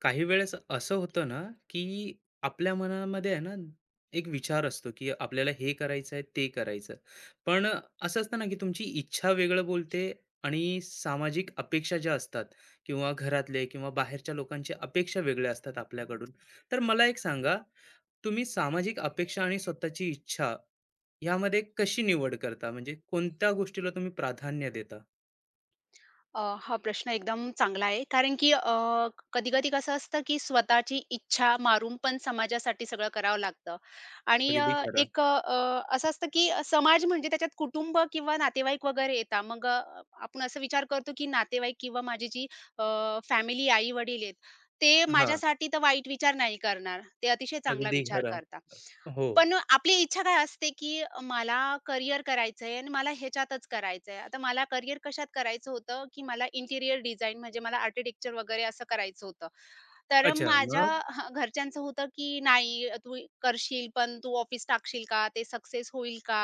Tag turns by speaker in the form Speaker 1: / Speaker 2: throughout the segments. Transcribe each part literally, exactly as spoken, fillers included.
Speaker 1: काही वेळेस असं होतं ना, की आपल्या मनामध्ये आहे ना, एक विचार असतो, की आपल्याला हे करायचं आहे, ते करायचं आहे. पण अ, असं असतं ना, की तुमची इच्छा वेगळं बोलते आणि सामाजिक अपेक्षा ज्या असतात किंवा घरातले किंवा बाहेरच्या लोकांच्या अपेक्षा वेगळ्या असतात आपल्याकडून. तर मला एक सांगा, तुम्ही सामाजिक अपेक्षा आणि स्वतःची इच्छा यामध्ये कशी निवड करता? म्हणजे कोणत्या गोष्टीला तुम्ही प्राधान्य देता?
Speaker 2: अ, हा प्रश्न एकदम चांगला आहे. कारण की अ, कधी-कधी कसं असतं, की स्वतःची इच्छा मारून पण समाजासाठी सगळं करावं लागतं आणि अ,
Speaker 1: अगदी खरं.
Speaker 2: एक अ, असं असतं, की समाज म्हणजे त्याच्यात कुटुंब किंवा नातेवाईक वगैरे येतात. मग अ, आपण असं विचार करतो, की नातेवाईक किंवा माझी जी अ, फॅमिली, आई-वडील आहेत, ते
Speaker 1: हां,
Speaker 2: माझ्यासाठी तर वाईट विचार नाही करणार. ते अतिशय चांगला
Speaker 1: अगदी
Speaker 2: विचार
Speaker 1: खरं.
Speaker 2: करतात.
Speaker 1: हो.
Speaker 2: पण आपली इच्छा काय असते, की मला करियर करायचंय आणि मला ह्याच्यातच करायचंय. आता मला करियर कशात करायचं होतं, की मला इंटिरियर डिझाइन म्हणजे मला आर्किटेक्चर वगैरे असं करायचं होतं. तर
Speaker 1: अच्छा,
Speaker 2: माझ्या
Speaker 1: मग?
Speaker 2: हां, घरच्यांचं होतं की "नाही, तू करशील, पण तू ऑफिस टाकशील का? ते सक्सेस होईल का?"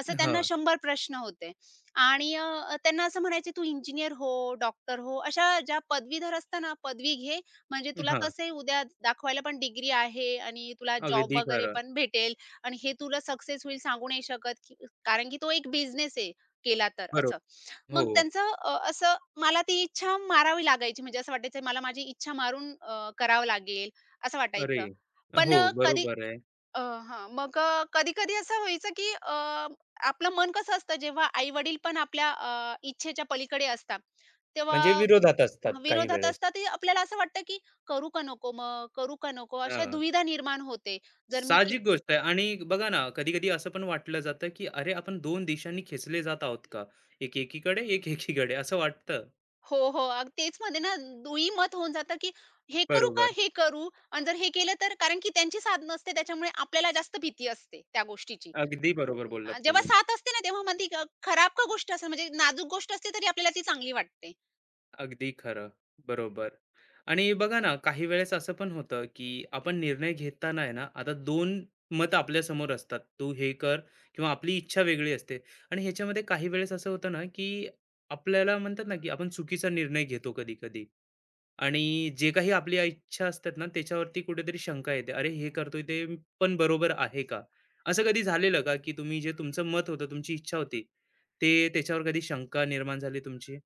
Speaker 2: असं त्यांना
Speaker 1: हां,
Speaker 2: शंभर प्रश्न होते. आणि अ, त्यांना असं म्हणायचे, "तू इंजिनिअर हो, डॉक्टर हो, अशा ज्या पदवीधर असतात ना, पदवी घे, म्हणजे तुला
Speaker 1: हां.
Speaker 2: कसं आहे उद्या दाखवायला पण डिग्री आहे आणि तुला जॉब
Speaker 1: अगदी
Speaker 2: वगैरे
Speaker 1: खरं.
Speaker 2: पण भेटेल आणि हे तुला सक्सेस होईल सांगू नाही शकत, की कारण की तो एक बिझनेस आहे केला तर,"
Speaker 1: बरोबर.
Speaker 2: असं.
Speaker 1: हो.
Speaker 2: मग त्यांचं अ, असं मला ती इच्छा मारावी लागायची. म्हणजे असं वाटायचं मला माझी इच्छा मारून अ, करावं लागेल, असं
Speaker 1: अरे!
Speaker 2: वाटायचं. पण
Speaker 1: हो,
Speaker 2: अ, कधी
Speaker 1: बरोबर आहे.
Speaker 2: अ, हां. मग कधी-कधी असं व्हायचं, की अ, आपलं मन कसं असतं जेव्हा आई-वडील पण आपल्या अ, इच्छेच्या पलीकडे असतात,
Speaker 1: म्हणजे
Speaker 2: तेव्हा
Speaker 1: विरोधात असतात काही
Speaker 2: विरोधात
Speaker 1: वेळेस.
Speaker 2: असतात. ते आपल्याला असं वाटतं, की करू का नको मग? करू का नको? अशा
Speaker 1: हां.
Speaker 2: दुविधा निर्माण होते. जर मी
Speaker 1: साहजिक गोष्ट आहे आणि बघा ना, कधी-कधी असं पण वाटलं जातं, की अरे, आपण दोन दिशांनी खेचले जात आहोत का? एक एकीकडे, एक एकीकडे असं वाटतं.
Speaker 2: हो, हो. अग तेच म्हणते ना, दुईमत होऊन जातं, की हे करू का?
Speaker 1: बरोबर.
Speaker 2: हे करू आणि जर हे केलं तर कारण की त्यांची साथ नसते त्याच्यामुळे आपल्याला जास्त भीती असते त्या गोष्टीची.
Speaker 1: अगदी बरोबर
Speaker 2: अ,
Speaker 1: बोललात
Speaker 2: जेव्हा
Speaker 1: तुम्ही.
Speaker 2: साथ असते ना, तेव्हा मग ती ग- खराब का गोष्ट असेल म्हणजे नाजूक गोष्ट असते तरी आपल्याला ती चांगली वाटते.
Speaker 1: अगदी खरं. बरोबर. आणि बघा ना, काही वेळेस असं पण होतं, की आपण निर्णय घेताना आहे ना, आता दोन मत आपल्या समोर असतात, तू हे कर किंवा आपली इच्छा वेगळी असते आणि ह्याच्यामध्ये काही वेळेस असं होतं ना, की आपल्याला म्हणतात ना, की आपण चुकीचा निर्णय घेतो कधी कधी आणि जे काही आपली इच्छा असतात ना, त्याच्यावरती कुठेतरी शंका येते, अरे हे करतोय ते पण बरोबर आहे का? असं कधी झालेलं का, की तुम्ही जे तुमचं मत होतं, तुमची इच्छा होती, ते त्याच्यावर कधी शंका निर्माण झाली तुमची?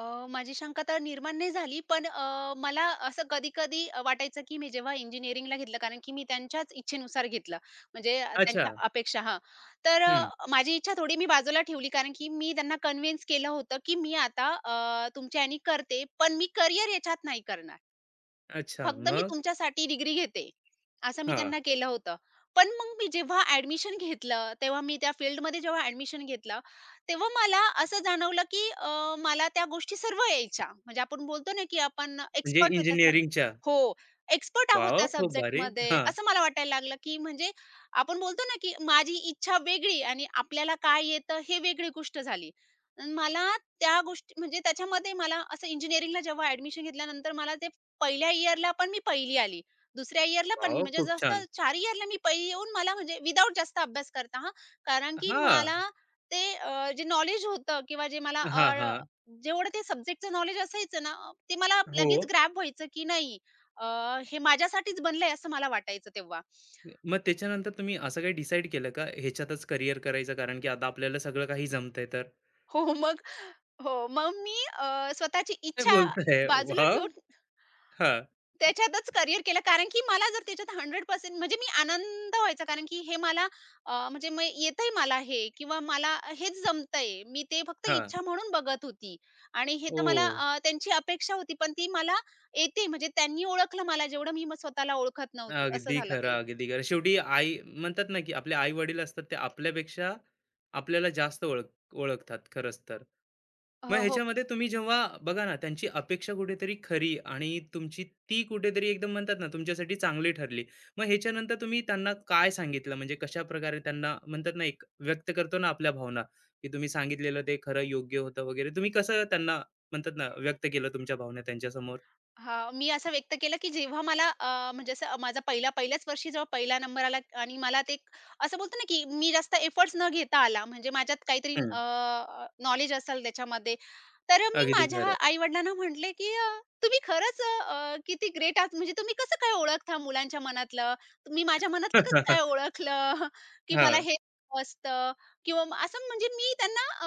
Speaker 2: अ, माझी शंका तर निर्माण नाही झाली, पण अ, मला असं कधी-कधी वाटायचं, की मी जेव्हा इंजिनिअरिंगला घेतलं, कारण की मी त्यांच्याच इच्छेनुसार घेतलं. म्हणजे अ,
Speaker 1: अच्छा.
Speaker 2: त्यांच्या अपेक्षा हां. तर
Speaker 1: हम्म.
Speaker 2: अ, माझी इच्छा थोडी मी बाजूला ठेवली, कारण की मी त्यांना कन्विन्स केलं होतं, की मी आता अ, तुमच्या ह्यानी करते, पण मी करियर याच्यात नाही करणार.
Speaker 1: अच्छा,
Speaker 2: फक्त मी
Speaker 1: मग?
Speaker 2: तुमच्यासाठी डिग्री घेते, असं मी त्यांना केलं होतं. पण मग मी जेव्हा ॲडमिशन घेतलं, तेव्हा मी त्या फील्डमध्ये जेव्हा ॲडमिशन घेतलं, तेव्हा मला असं जाणवलं, की अ, मला त्या गोष्टी सर्व यायच्या. म्हणजे आपण बोलतो ना, की आपण
Speaker 1: म्हणजे
Speaker 2: एक्सपर्ट होत्या सब
Speaker 1: इंजिनिअरिंगच्या.
Speaker 2: हो, एक्सपर्ट आहोत
Speaker 1: वाव,
Speaker 2: त्या
Speaker 1: खूप भारी.
Speaker 2: सब्जेक्टमध्ये,
Speaker 1: हां.
Speaker 2: असं मला वाटायला लागलं, की म्हणजे आपण बोलतो ना, की माझी इच्छा वेगळी आणि आपल्याला काय येतं हे वेगळी गोष्ट झाली. अन् मला त्या गोष्टी म्हणजे त्याच्यामध्ये मला असं इंजिनिअरिंगला जेव्हा ॲडमिशन घेतल्यानंतर मला ते पहिल्या इयरला पण मी पहिली आली. दुसऱ्या इयरला पण मी
Speaker 1: वॉव!
Speaker 2: म्हणजे
Speaker 1: खूप छान.
Speaker 2: जसं चार इयरला मी पहिली येऊन मला म्हणजे विदाऊट जास्त अभ्यास करता हां. कारण की
Speaker 1: हां.
Speaker 2: मला ते अ, जे नॉलेज होतं किंवा जे मला
Speaker 1: हां,
Speaker 2: अ,
Speaker 1: हां.
Speaker 2: जेवढं ते सब्जेक्टचं नॉलेज असायचं ना, ते मला
Speaker 1: हो.
Speaker 2: लगेच ग्रॅब व्हायचं की नाही अ, हे माझ्यासाठीच बनलंय असं मला वाटायचं तेव्हा.
Speaker 1: मग त्याच्यानंतर तुम्ही असं काही डिसाईड केलं का, ह्याच्यातच करियर करायचं, कारण की आता आपल्याला सगळं काही जमतंय तर?
Speaker 2: हो, मग हो, मग मी अ, स्वतःची
Speaker 1: काय
Speaker 2: इच्छा
Speaker 1: बोलताय?
Speaker 2: बाजूला
Speaker 1: वॉव!
Speaker 2: ठेवून
Speaker 1: हां,
Speaker 2: त्याच्यातच करियर केलं. कारण की मला जर त्याच्यात शंभर टक्के म्हणजे मी आनंद व्हायचा. कारण की हे मला अ, म्हणजे म येतंय मला हे किंवा मला हेच जमतंय. मी ते फक्त
Speaker 1: हां.
Speaker 2: इच्छा म्हणून बघत होती आणि हे तर मला
Speaker 1: ओह!
Speaker 2: अ, त्यांची अपेक्षा होती, पण ती मला येते म्हणजे त्यांनी ओळखलं मला जेवढं मी म स्वतःला ओळखत नव्हती, असं
Speaker 1: अगदी
Speaker 2: झालं
Speaker 1: खरं,
Speaker 2: ते.
Speaker 1: अगदी खरं. शेवटी आई म्हणतात ना, की आपले आई-वडील असतात, ते आपल्यापेक्षा आपल्याला जास्त ओळख ओळखतात खरंच तर.
Speaker 2: अ,
Speaker 1: मग
Speaker 2: हो.
Speaker 1: ह्याच्यामध्ये तुम्ही जेव्हा बघा ना, त्यांची अपेक्षा कुठेतरी खरी आणि तुमची ती कुठेतरी एकदम म्हणतात ना, तुमच्यासाठी चांगली ठरली. मग ह्याच्यानंतर तुम्ही त्यांना काय सांगितलं? म्हणजे कशाप्रकारे त्यांना म्हणतात ना, एक व्यक्त करतो ना आपल्या भावना, की तुम्ही सांगितलेलं ते खरं योग्य होतं वगैरे. तुम्ही कसं त्यांना म्हणतात ना, व्यक्त केलं तुमच्या भावना त्यांच्यासमोर?
Speaker 2: हां, मी असं व्यक्त केलं, की जेव्हा मला अ, म्हणजे असं माझा पहिला पहिल्याच वर्षी जेव्हा पहिला नंबर आला आणि मला ते एक असं बोलतो ना, की मी जास्त एफर्ट्स न घेता आला. म्हणजे माझ्यात काहीतरी
Speaker 1: हं.
Speaker 2: अ, नॉलेज असेल त्याच्यामध्ये तर मी
Speaker 1: अगदी
Speaker 2: माझ्या
Speaker 1: खरं.
Speaker 2: आई-वडिलांना म्हटले, की "अ, तुम्ही खरंच अ, किती ग्रेट आहात. म्हणजे तुम्ही कसं काय ओळखता मुलांच्या मनातलं? मी माझ्या मनातलं कसं काय ओळखलं, की मला
Speaker 1: हां,
Speaker 2: हे असतं?" किंवा म- असं म्हणजे मी त्यांना अ,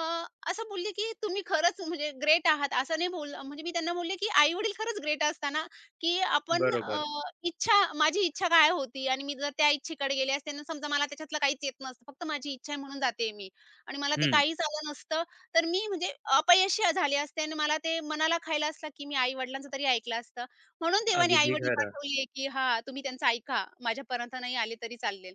Speaker 2: असं बोलले, की "तुम्ही खरंच म्हणजे ग्रेट आहात." असं नाही बोललं. म्हणजे मी त्यांना बोलले, की "आई-वडील खरंच ग्रेट असताना, की आपण
Speaker 1: बरोबर.
Speaker 2: अ, इच्छा माझी इच्छा काय होती आणि मी जर त्या इच्छेकडे गेले असते ना, समजा मला त्याच्यातलं काहीच येत नसतं. फक्त माझी इच्छा आहे म्हणून जाते मी आणि मला ते
Speaker 1: हं,
Speaker 2: काहीच आलं नसतं तर मी म्हणजे अपयशी झाले असते आणि मला ते मनाला खायला असला, की मी आई-वडिलांचं तरी ऐकलं असतं. म्हणून देवाने
Speaker 1: अगदी
Speaker 2: आई-वडील
Speaker 1: खरं.
Speaker 2: पाठवले, की हां, तुम्ही त्यांचं ऐका. माझ्यापर्यंत नाही आले तरी चालेल.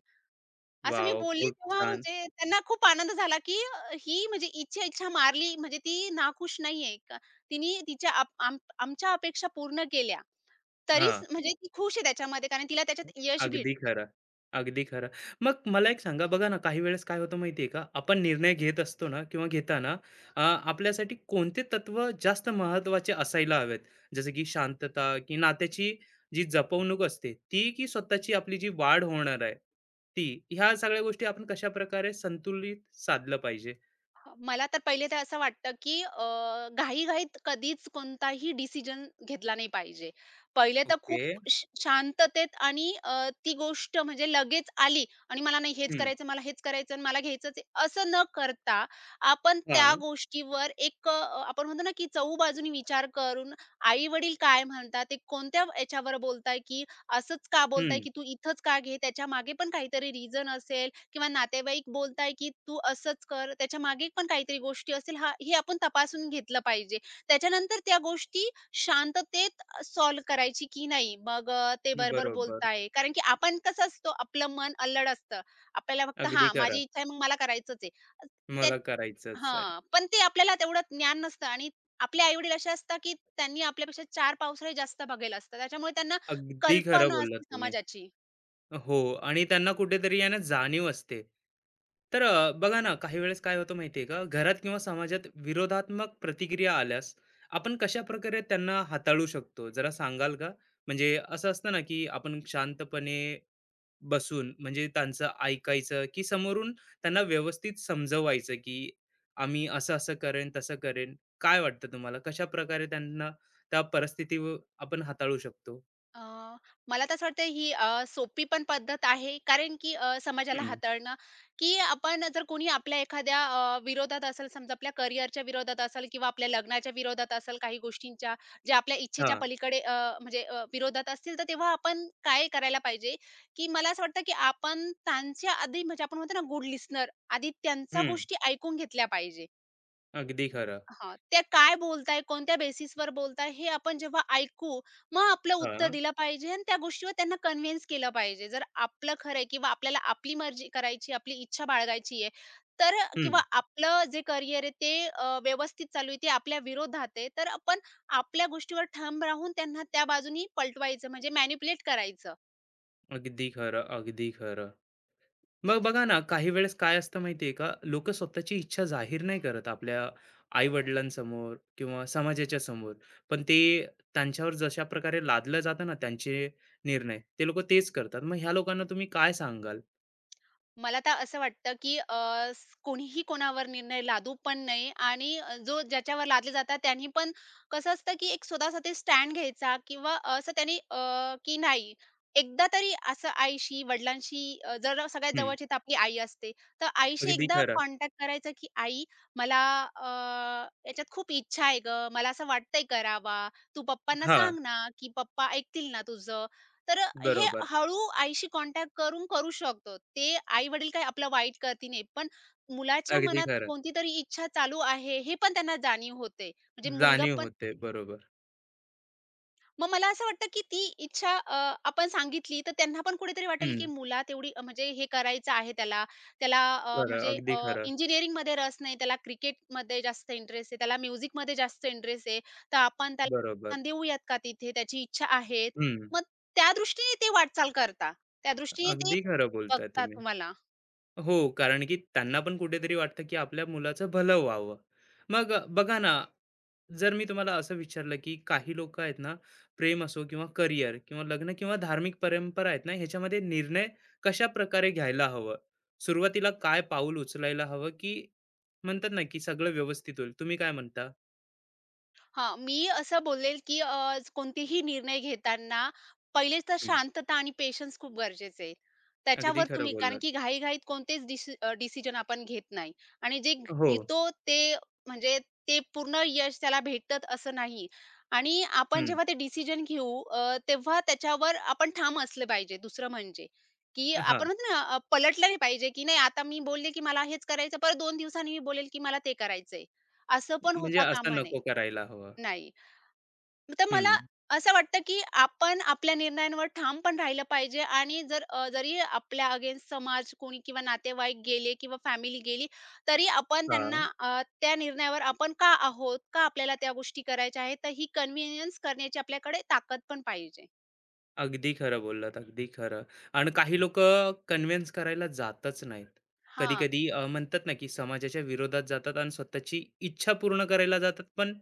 Speaker 2: असं मी
Speaker 1: वॉव!
Speaker 2: बोलली
Speaker 1: खूप
Speaker 2: तेव्हा
Speaker 1: छान.
Speaker 2: म्हणजे त्यांना खूप आनंद झाला, की अ, ही म्हणजे हिची इच्छा मारली म्हणजे ती नाखुश नाहीये. का तिने तिच्या आप आम आमच्या अपेक्षा पूर्ण केल्या. तरीच
Speaker 1: हां.
Speaker 2: म्हणजे ती खुश आहे त्याच्यामध्ये कारण तिला त्याच्यात यश
Speaker 1: अगदी
Speaker 2: भेटतंय.
Speaker 1: खरं. अगदी खरं. मग मला एक सांगा बघा ना, काही वेळेस काय होतं माहिती का, आपण निर्णय घेत असतो ना किंवा घेताना, अ, आपल्यासाठी कोणते तत्व जास्त महत्त्वाचे असायला हवेत? जसं की शांतता, की नात्याची जी जपवणूक असते ती, की स्वतःची आपली जी वाढ होणार आहे ती? ह्या सगळ्या गोष्टी आपण कशाप्रकारे संतुलित साधलं पाहिजे?
Speaker 2: मला तर पहिले तर असं वाटतं, की अ, घाईघाईत कधीच कोणताही डिसिजन घेतला नाही पाहिजे. पहिले तर
Speaker 1: ओके.
Speaker 2: खूप श शांततेत आणि अ, ती गोष्ट म्हणजे लगेच आली आणि मला नाही हेच
Speaker 1: हं.
Speaker 2: करायचं, मला हेच करायचं आणि मला घ्यायचंच आहे, असं न करता आपण त्या
Speaker 1: हां.
Speaker 2: गोष्टीवर एक अ, आपण म्हणतो ना, की चहूबाजूनी विचार करून आई-वडील काय म्हणतात, ते कोणत्या याच्यावर बोलताय, की असंच का बोलताय,
Speaker 1: हं.
Speaker 2: की तू इथंच का घे? त्याच्यामागे पण काहीतरी रिझन असेल किंवा नातेवाईक बोलताय, की "तू असंच कर." त्याच्यामागे पण काहीतरी गोष्टी असेल हां, हे आपण तपासून घेतलं पाहिजे. त्याच्यानंतर त्या गोष्टी शांततेत अ, सॉल्व्ह करायची की नाही. मग अ, ते बरोबर
Speaker 1: बरोबर.
Speaker 2: बोलताय. कारण की आपण कसं असतो, आपलं मन अल्लड असतं. आपल्याला फक्त
Speaker 1: अगदी
Speaker 2: हां,
Speaker 1: खरं.
Speaker 2: माझी इच्छा आहे मग मला करायचंच आहे. अ, त्यात
Speaker 1: मला करायचंच आहे.
Speaker 2: पण ते आपल्याला तेवढं ज्ञान नसतं आणि आपले आई-वडील असे असतात, की त्यांनी आपल्यापेक्षा चार पावसाळे जास्त बघेल असतं. त्याच्यामुळे त्यांना
Speaker 1: अगदी खरं
Speaker 2: कल्पना
Speaker 1: बोललात
Speaker 2: असते
Speaker 1: तुम्ही.
Speaker 2: समाजाची.
Speaker 1: हो, आणि त्यांना कुठेतरी आहे ना जाणीव असते. तर अ, बघा ना, काही वेळेस काय होतं माहिती का, घरात किंवा समाजात विरोधात्मक प्रतिक्रिया आल्यास आपण कशाप्रकारे त्यांना हाताळू शकतो, जरा सांगाल का? म्हणजे असं असतं ना, की आपण शांतपणे बसून म्हणजे त्यांचं ऐकायचं, की समोरून त्यांना व्यवस्थित समजवायचं, की आम्ही असं-असं करेन, तसं करेन. काय वाटतं तुम्हाला, कशाप्रकारे त्यांना त्या परिस्थितीवर आपण हाताळू शकतो?
Speaker 2: अ, मला तर असं वाटतं ही अ, सोपी पण पद्धत आहे. कारण की अ, समाजाला
Speaker 1: हं.
Speaker 2: हाताळणं, की आपण जर कोणी आपल्या एखाद्या अ, विरोधात असेल, समजा आपल्या करिअरच्या विरोधात असेल किंवा आपल्या लग्नाच्या विरोधात असेल, काही गोष्टींच्या ज्या आपल्या इच्छेच्या
Speaker 1: हां.
Speaker 2: पलीकडे अ, म्हणजे अ, विरोधात असतील, तर तेव्हा आपण काय करायला पाहिजे, की मला असं वाटतं की आपण त्यांच्या आधी म्हणजे आपण म्हणतो ना गुड लिसनर, आधी त्यांच्या
Speaker 1: हं.
Speaker 2: गोष्टी ऐकून घेतल्या पाहिजे.
Speaker 1: अगदी खरं.
Speaker 2: हां, त्या काय बोलताय, कोणत्या बेसिसवर बोलताय, हे आपण जेव्हा ऐकू, मग आपलं उत्तर
Speaker 1: हां.
Speaker 2: दिलं पाहिजे आणि त्या गोष्टीवर त्यांना कन्व्हिन्स केलं पाहिजे. जर आपलं खरं आहे किंवा आपल्याला आपली मर्जी करायची, आपली इच्छा बाळगायची आहे, तर
Speaker 1: हं.
Speaker 2: किंवा आपलं जे करिअर आहे ते अ, व्यवस्थित चालू आहे, ते आपल्या विरोधात आहे, तर आपण आपल्या गोष्टीवर ठाम राहून त्यांना त्या बाजूनी पलटवायचं म्हणजे मॅनिप्युलेट करायचं.
Speaker 1: अगदी खरं, अगदी खरं. मग बघा ना, काही वेळेस काय असतं माहिती आहे का, लोकं स्वतःची इच्छा जाहीर नाही करत आपल्या आई-वडिलांसमोर किंवा समाजाच्या समोर. पण ते त्यांच्यावर जशा प्रकारे लादलं जातं ना, त्यांचे निर्णय, ते लोकं तेच करतात. मग ह्या लोकांना तुम्ही काय सांगाल?
Speaker 2: मला तर असं वाटतं, की अ, स कोणीही कोणावर निर्णय लादू पण नाही आणि अ, जो ज्याच्यावर लादले जातात त्यांनी पण कसं असतं, की एक स्वतःसाठी स्टँड घ्यायचा किंवा असं त्यांनी अ, की नाही एकदा तरी असं आईशी, वडिलांशी अ, जर सगळ्यात
Speaker 1: हं.
Speaker 2: जवळची तर आपली आई असते. तर आईशी
Speaker 1: अगदी
Speaker 2: एकदा
Speaker 1: खरं.
Speaker 2: कॉन्टॅक्ट करायचा, की "आई मला अ, याच्यात खूप इच्छा आहे गं. मला असं वाटतंय करावा. तू पप्पांना
Speaker 1: हां,
Speaker 2: सांग ना, की पप्पा ऐकतील ना तुझं?" तर हे
Speaker 1: बरोबर.
Speaker 2: हळू आईशी कॉन्टॅक्ट करून करू शकतो. ते आई-वडील काही आपलं वाईट करती नाही. पण मुलाच्या
Speaker 1: अगदी
Speaker 2: मनात
Speaker 1: खरं.
Speaker 2: कोणती तरी इच्छा चालू आहे, हे पण त्यांना जाणीव होते. म्हणजे मुलगा
Speaker 1: जाणीव होते. बरोबर.
Speaker 2: मग मला असं वाटतं, की ती इच्छा अ, आपण सांगितली, तर त्यांना पण कुठेतरी वाटेल, की
Speaker 1: हं.
Speaker 2: मुलात एवढी म्हणजे हे करायचं आहे त्याला. त्याला अ,
Speaker 1: खरं,
Speaker 2: म्हणजे
Speaker 1: अगदी
Speaker 2: अ,
Speaker 1: खरं.
Speaker 2: इंजिनिअरिंगमध्ये रस नाही, त्याला क्रिकेटमध्ये जास्त इंटरेस्ट आहे, त्याला म्युझिकमध्ये जास्त इंटरेस्ट आहे, तर आपण त्याला
Speaker 1: बरोबर.
Speaker 2: प्रोत्साहन देऊयात का तिथे? त्याची इच्छा आहे.
Speaker 1: हं.
Speaker 2: मग त्या दृष्टीने ते वाटचाल करता. त्या दृष्टीने ते
Speaker 1: अगदी खरं बोलताय
Speaker 2: बघतात
Speaker 1: तुम्ही.
Speaker 2: तुम्हाला.
Speaker 1: हो, कारण की त्यांना पण कुठेतरी वाटतं, की आपल्या मुलाचं भलं व्हावं. मग अ, बघा ना, जर मी तुम्हाला असं विचारलं, की काही लोकं आहेत ना, प्रेम असो किंवा करियर किंवा लग्न किंवा धार्मिक परंपरा आहेत ना, ह्याच्यामध्ये निर्णय कशाप्रकारे घ्यायला हवं? सुरुवातीला काय पाऊल उचलायला हवं, की म्हणतात ना, की सगळं व्यवस्थित होईल. तुम्ही काय म्हणता?
Speaker 2: हां, मी असं बोलेल, की अ, कोणतेही निर्णय घेताना पहिले तर
Speaker 1: हं.
Speaker 2: शांतता आणि पेशन्स खूप गरजेचं आहे.
Speaker 1: अगदी
Speaker 2: त्याच्यावर
Speaker 1: खरं
Speaker 2: तुम्ही कारण
Speaker 1: बोललात.
Speaker 2: की घाईघाईत कोणतेच डिसि अ, डिसिजन आपण घेत नाही आणि जे
Speaker 1: हो.
Speaker 2: घेतो ते म्हणजे ते पूर्ण यश त्याला भेटतं असं नाही आणि आपण
Speaker 1: हं.
Speaker 2: जेव्हा ते डिसिजन घेऊ अ, तेव्हा त्याच्यावर आपण ठाम असलं पाहिजे. दुसरं म्हणजे, की
Speaker 1: हां,
Speaker 2: आपण म्हणतो ना अ, पलटलं नाही पाहिजे, की नाही आता मी बोलले, की मला हेच करायचं परत दोन दिवसांनी मी बोलेल, की मला ते करायचंय. असं पण
Speaker 1: म्हणजे
Speaker 2: होता
Speaker 1: असं
Speaker 2: कामा नये.
Speaker 1: नको करायला हवं.
Speaker 2: नाही. तर मला
Speaker 1: हं.
Speaker 2: असं वाटतं, की आपण आपल्या निर्णयांवर ठाम पण राहिलं पाहिजे आणि जर अ, जरी आपल्या अगेन्स्ट समाज कोणी किंवा नातेवाईक गेले किंवा फॅमिली गेली, तरी आपण
Speaker 1: हां.
Speaker 2: त्यांना अ, त्या निर्णयावर आपण का आहोत? का आपल्याला त्या गोष्टी करायच्या आहेत? तर ही कन्व्हिनियन्स करण्याची आपल्याकडे ताकद पण पाहिजे.
Speaker 1: अगदी खरं बोललात, अगदी खरं. आणि काही लोकं कन्व्हिन्स करायला जातच नाहीत.
Speaker 2: हां.
Speaker 1: कधी-कधी अ, म्हणतात ना, की समाजाच्या विरोधात जातात आणि स्वतःची इच्छा पूर्ण करायला जातात, पण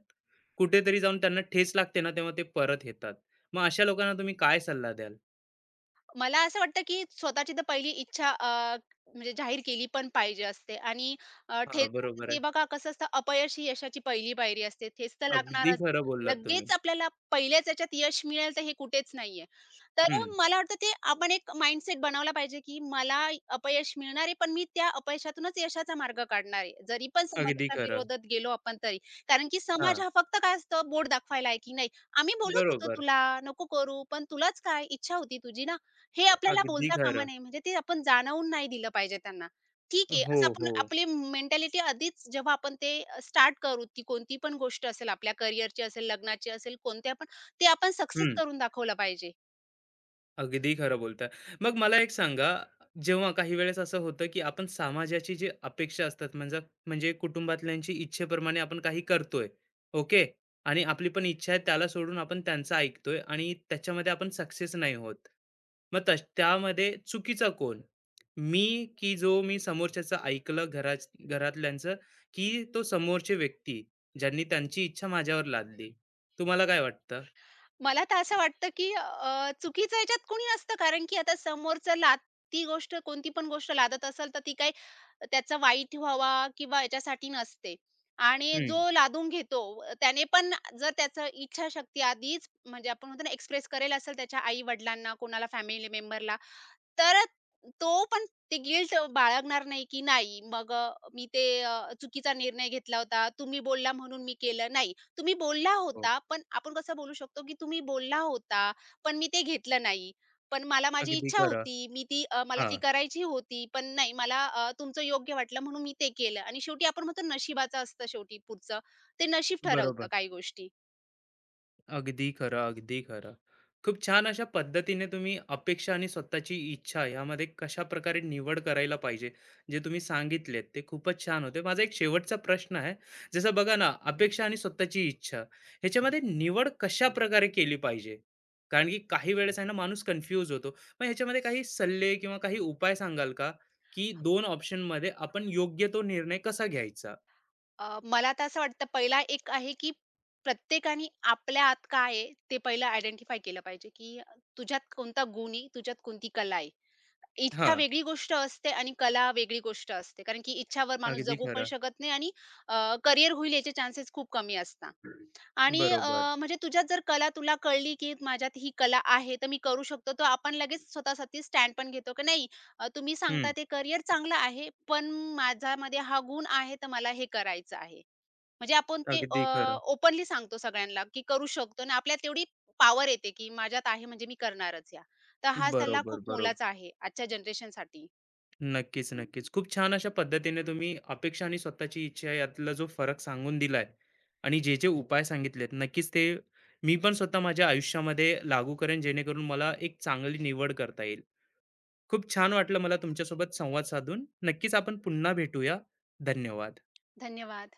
Speaker 1: कुठेतरी जाऊन त्यांना ठेच लागते ना, तेव्हा ते परत येतात. मग अशा लोकांना तुम्ही काय सल्ला द्याल?
Speaker 2: मला असं वाटतं, की स्वतःची तर पहिली इच्छा अ, म्हणजे जाहीर केली पण पाहिजे असते आणि अ,
Speaker 1: हां,
Speaker 2: ठेच
Speaker 1: बरोबर आहे.
Speaker 2: ते बघा कसं असतं अपयश ही यशाची पहिली पायरी असते. ठेच तर
Speaker 1: अगदी
Speaker 2: लागणारच.
Speaker 1: खरं बोललात तुम्ही.
Speaker 2: लगेच आपल्याला पहिल्याच याच्यात यश मिळेल तर हे कुठेच नाहीये. तर अ,
Speaker 1: हं,
Speaker 2: मला वाटतं ते आपण एक माइंडसेट बनवला पाहिजे, की मला अपयश मिळणार आहे, पण मी त्या अपयशातूनच यशाचा मार्ग काढणार आहे. जरी पण
Speaker 1: अगदी
Speaker 2: समाजाच्या
Speaker 1: खरं.
Speaker 2: विरोधात गेलो आपण तरी. कारण की समाज
Speaker 1: हां,
Speaker 2: हा फक्त काय असतं बोट दाखवायला आहे, की नाही. आम्ही बोलत होतो
Speaker 1: बरोबर.
Speaker 2: तुला, नको करू, पण तुलाच काय इच्छा होती तुझी ना. हे आपल्याला
Speaker 1: अगदी
Speaker 2: बोलता कामा
Speaker 1: खरं.
Speaker 2: नये. म्हणजे ते आपण जाणवून नाही दिलं पाहिजे त्यांना. ठीक आहे,
Speaker 1: हो,
Speaker 2: असं आपण
Speaker 1: हो.
Speaker 2: आपली मेंटॅलिटी आधीच जेव्हा आपण ते स्टार्ट करू, ती कोणती पण गोष्ट असेल, आपल्या करिअरची असेल, लग्नाची असेल, कोणत्या पण, ते आपण सक्सेस
Speaker 1: हं.
Speaker 2: करून दाखवलं पाहिजे.
Speaker 1: अगदी खरं बोलताय. मग मला एक सांगा, जेव्हा काही वेळेस असं होतं, की आपण समाजाची जी अपेक्षा असतात म्हणजे म्हणजे कुटुंबातल्यांची इच्छेप्रमाणे आपण काही करतोय, ओके? आणि आपली पण इच्छा आहे, त्याला सोडून आपण त्यांचं ऐकतोय आणि त्याच्यामध्ये आपण सक्सेस नाही होत. मग तश त्यामध्ये चुकीचा कोण? मी, की जो मी समोरच्याचं ऐकलं घरा घरातल्यांचं, की तो समोरची व्यक्ती ज्यांनी त्यांची इच्छा माझ्यावर लादली? तुम्हाला काय वाटतं?
Speaker 2: मला तर असं वाटतं, की अ, चुकीचं ह्याच्यात कुणी नसतं. कारण की आता समोरचं लाद ती गोष्ट कोणती पण गोष्ट लादत असेल, तर ती काही त्याचा वाईट व्हावा किंवा याच्यासाठी नसते. आणि
Speaker 1: हं.
Speaker 2: जो लादून घेतो अ, त्याने पण जर त्याचं इच्छाशक्ती आधीच म्हणजे आपण म्हणतो ना, एक्सप्रेस करेल असेल त्याच्या आई-वडिलांना, कोणाला फॅमिली मेंबरला, तर तो पण ते गिल्ट बाळगणार नाही, की नाही मग अ, मी ते अ, चुकीचा निर्णय घेतला होता. तुम्ही बोलला म्हणून मी केलं. नाही, तुम्ही बोलला
Speaker 1: हो.
Speaker 2: होता, पण आपण कसं बोलू शकतो, की तुम्ही बोलला होता, पण मी ते घेतलं नाही. पण मला माझी
Speaker 1: अगदी
Speaker 2: इच्छा
Speaker 1: खरं.
Speaker 2: होती. मी ती अ, मला ती
Speaker 1: हां.
Speaker 2: करायची होती. पण नाही मला अ, तुमचं योग्य वाटलं म्हणून मी ते केलं आणि शेवटी आपण म्हणतो नशिबाचं असतं शेवटी पुढचं. ते नशीब ठरवतं
Speaker 1: बरोबर.
Speaker 2: काही गोष्टी.
Speaker 1: अगदी खरं, अगदी खरं. खूप छान अशा पद्धतीने तुम्ही अपेक्षा आणि स्वतःची इच्छा यामध्ये कशा प्रकारे निवड करायला पाहिजे, जे तुम्ही सांगितलेत ते खूपच छान होते. माझा एक शेवटचा प्रश्न आहे. जसं बघा ना, अपेक्षा आणि स्वतःची इच्छा ह्याच्यामध्ये निवड कशाप्रकारे केली पाहिजे? कारण की काही वेळेस आहे ना माणूस कन्फ्यूज होतो. मग ह्याच्यामध्ये काही सल्ले किंवा काही उपाय सांगाल का, की दोन ऑप्शनमध्ये आपण योग्य तो निर्णय कसा घ्यायचा?
Speaker 2: अ, मला तर असं वाटतं पहिला एक आहे, की प्रत्येकाने आपल्या आत काय आहे ते पहिलं आयडेंटिफाय केलं पाहिजे, की तुझ्यात कोणता गुण आहे, तुझ्यात कोणती कला आहे. इच्छा
Speaker 1: हां,
Speaker 2: वेगळी गोष्ट असते आणि कला वेगळी गोष्ट असते. कारण की इच्छावर माणूस
Speaker 1: अगदी
Speaker 2: जगू पण
Speaker 1: खरं.
Speaker 2: शकत नाही आणि अ, करियर होईल याचे चान्सेस खूप कमी असतात. आणि अ,
Speaker 1: बरोबर.
Speaker 2: म्हणजे तुझ्यात जर कला तुला कळली, की माझ्यात ही कला आहे, तर मी करू शकतो. तर आपण लगेच स्वतःसाठी स्टँड पण घेतो, की नाही अ, तुम्ही सांगता
Speaker 1: हं.
Speaker 2: ते करियर चांगलं आहे, पण माझ्यामध्ये हा गुण आहे, तर मला हे करायचं आहे. म्हणजे आपण ते
Speaker 1: अगदी खरं.
Speaker 2: ओपनली सांगतो सगळ्यांना, की करू शकतो आणि आपल्यात तेवढी पॉवर येते, की माझ्यात आहे म्हणजे मी करणारच तर हा सल्ला
Speaker 1: बरोबर,
Speaker 2: खूप
Speaker 1: बरोबर.
Speaker 2: मोलाचा आहे आजच्या जनरेशनसाठी.
Speaker 1: नक्कीच, नक्कीच. खूप छान अशा पद्धतीने तुम्ही अपेक्षा आणि स्वतःची इच्छा यातला जो फरक सांगून दिलाय आणि जे जे उपाय सांगितलेत, नक्कीच ते मी पण स्वतः माझ्या आयुष्यामध्ये लागू करेन, जेणेकरून मला एक चांगली निवड करता येईल. खूप छान वाटलं मला तुमच्यासोबत संवाद साधून. नक्कीच आपण पुन्हा भेटूया. धन्यवाद.
Speaker 2: धन्यवाद.